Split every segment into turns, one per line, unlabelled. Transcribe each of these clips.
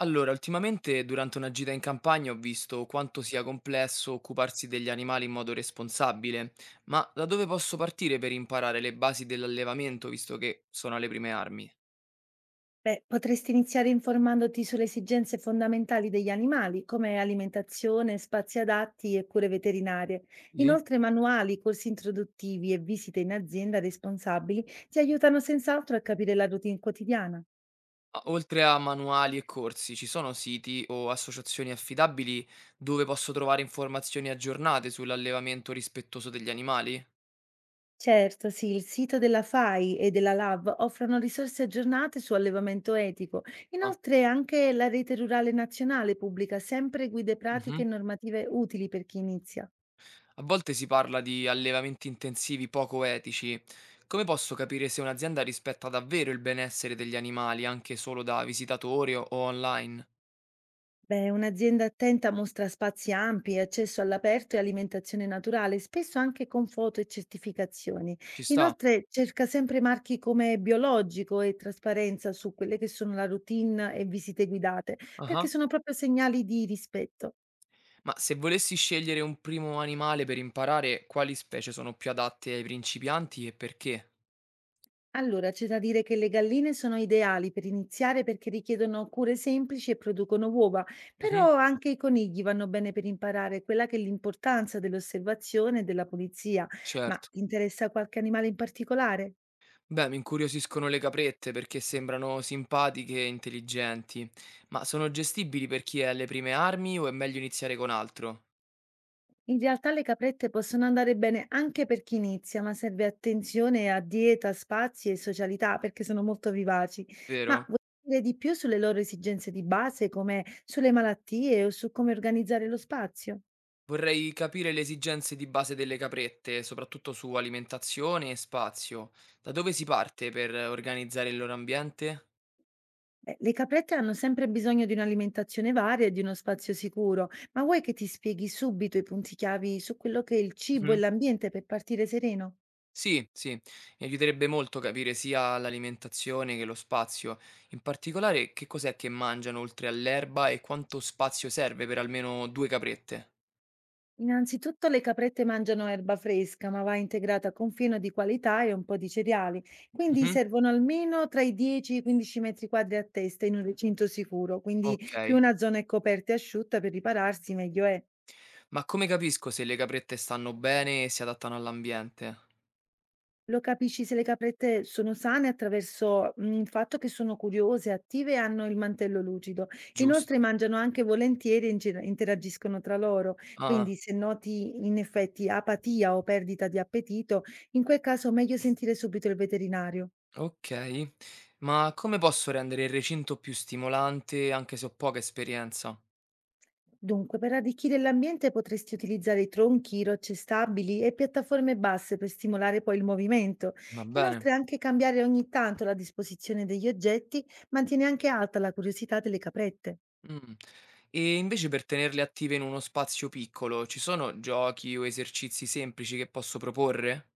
Allora, ultimamente durante una gita in campagna ho visto quanto sia complesso occuparsi degli animali in modo responsabile, ma da dove posso partire per imparare le basi dell'allevamento, visto che sono alle prime armi?
Beh, potresti iniziare informandoti sulle esigenze fondamentali degli animali, come alimentazione, spazi adatti e cure veterinarie.
Sì.
Inoltre, manuali, corsi introduttivi e visite in azienda responsabili ti aiutano senz'altro a capire la routine quotidiana.
Ah, oltre a manuali e corsi, ci sono siti o associazioni affidabili dove posso trovare informazioni aggiornate sull'allevamento rispettoso degli animali?
Certo, sì, il sito della FAI e della LAV offrono risorse aggiornate su allevamento etico.
Ah.
Inoltre, anche la Rete Rurale Nazionale pubblica sempre guide pratiche e normative utili per chi inizia.
A volte si parla di allevamenti intensivi poco etici. Come posso capire se un'azienda rispetta davvero il benessere degli animali, anche solo da visitatori o online?
Beh, un'azienda attenta mostra spazi ampi, accesso all'aperto e alimentazione naturale, spesso anche con foto e certificazioni.
Ci sta?
Inoltre cerca sempre marchi come biologico e trasparenza su quelle che sono la routine e visite guidate, perché
Ah.
sono proprio segnali di rispetto.
Ma se volessi scegliere un primo animale per imparare, quali specie sono più adatte ai principianti e perché?
Allora, c'è da dire che le galline sono ideali per iniziare perché richiedono cure semplici e producono uova,
Mhm,
però anche i conigli vanno bene per imparare quella che è l'importanza dell'osservazione e della pulizia. Ma
Certo.
ti interessa qualche animale in particolare?
Beh, mi incuriosiscono le caprette perché sembrano simpatiche e intelligenti, ma sono gestibili per chi è alle prime armi o è meglio iniziare con altro?
In realtà le caprette possono andare bene anche per chi inizia, ma serve attenzione a dieta, spazi e socialità perché sono molto vivaci. Ma
Vero?
vuoi dire di più sulle loro esigenze di base, come sulle malattie o su come organizzare lo spazio?
Vorrei capire le esigenze di base delle caprette, soprattutto su alimentazione e spazio. Da dove si parte per organizzare il loro ambiente?
Beh, le caprette hanno sempre bisogno di un'alimentazione varia e di uno spazio sicuro, ma vuoi che ti spieghi subito i punti chiavi su quello che è il cibo e
Mhm.
l'ambiente per partire sereno?
Sì, sì, mi aiuterebbe molto capire sia l'alimentazione che lo spazio. In particolare, che cos'è che mangiano oltre all'erba e quanto spazio serve per almeno due caprette?
Innanzitutto le caprette mangiano erba fresca, ma va integrata con fieno di qualità e un po' di cereali, quindi
Mhm.
servono almeno tra i 10 e i 15 metri quadri a testa in un recinto sicuro, quindi più
Ok,
una zona è coperta e asciutta per ripararsi, meglio è.
ma come capisco se le caprette stanno bene e si adattano all'ambiente?
Lo capisci se le caprette sono sane attraverso, il fatto che sono curiose, attive e hanno il mantello lucido.
Giusto.
Inoltre mangiano anche volentieri e ingira interagiscono tra loro.
Ah.
Quindi se noti in effetti apatia o perdita di appetito, in quel caso meglio sentire subito il veterinario.
Okay, ma come posso rendere il recinto più stimolante anche se ho poca esperienza?
Dunque, per arricchire l'ambiente potresti utilizzare i tronchi, rocce stabili e piattaforme basse per stimolare poi il movimento.
Va bene?
Inoltre anche cambiare ogni tanto la disposizione degli oggetti mantiene anche alta la curiosità delle caprette.
Mh. E invece per tenerle attive in uno spazio piccolo, ci sono giochi o esercizi semplici che posso proporre?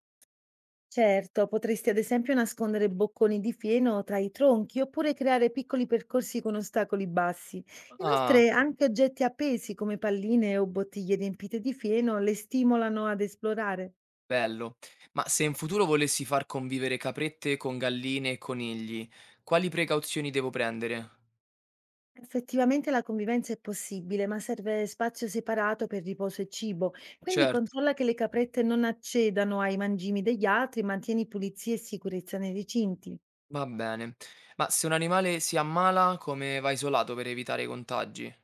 Certo, potresti ad esempio nascondere bocconi di fieno tra i tronchi oppure creare piccoli percorsi con ostacoli bassi.
Ah,
Inoltre, anche oggetti appesi come palline o bottiglie riempite di fieno le stimolano ad esplorare.
bello. Ma se in futuro volessi far convivere caprette con galline e conigli, quali precauzioni devo prendere?
Effettivamente la convivenza è possibile, ma serve spazio separato per riposo e cibo, quindi
Certo,
controlla che le caprette non accedano ai mangimi degli altri, mantieni pulizia e sicurezza nei recinti.
va bene. Ma se un animale si ammala, come va isolato per evitare i contagi?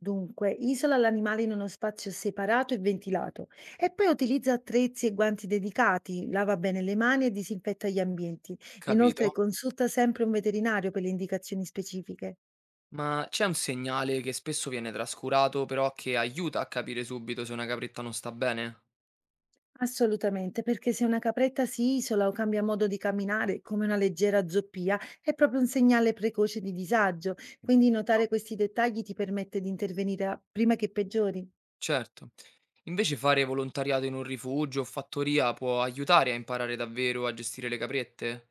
Dunque, isola l'animale in uno spazio separato e ventilato e poi utilizza attrezzi e guanti dedicati, lava bene le mani e disinfetta gli ambienti. Inoltre
Capito?
consulta sempre un veterinario per le indicazioni specifiche.
Ma c'è un segnale che spesso viene trascurato, però che aiuta a capire subito se una capretta non sta bene?
Assolutamente, perché se una capretta si isola o cambia modo di camminare, come una leggera zoppia, è proprio un segnale precoce di disagio. Quindi notare questi dettagli ti permette di intervenire prima che peggiori.
Certo. Invece fare volontariato in un rifugio o fattoria può aiutare a imparare davvero a gestire le caprette?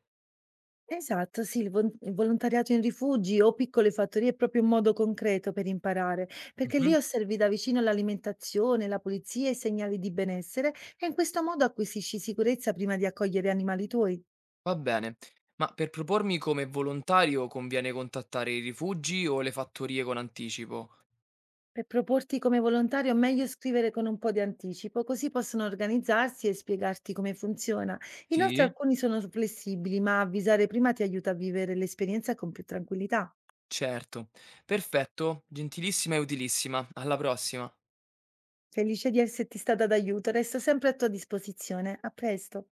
Esatto, sì, il volontariato in rifugi o piccole fattorie è proprio un modo concreto per imparare, perché lì
Mhm.
osservi da vicino l'alimentazione, la pulizia e i segnali di benessere e in questo modo acquisisci sicurezza prima di accogliere animali tuoi.
Va bene. Ma per propormi come volontario conviene contattare i rifugi o le fattorie con anticipo?
Per proporti come volontario è meglio scrivere con un po' di anticipo, così possono organizzarsi e spiegarti come funziona. Inoltre
Sì.
alcuni sono flessibili, ma avvisare prima ti aiuta a vivere l'esperienza con più tranquillità.
Certo. Perfetto, gentilissima e utilissima. Alla prossima.
Felice di esserti stata d'aiuto, resto sempre a tua disposizione. A presto.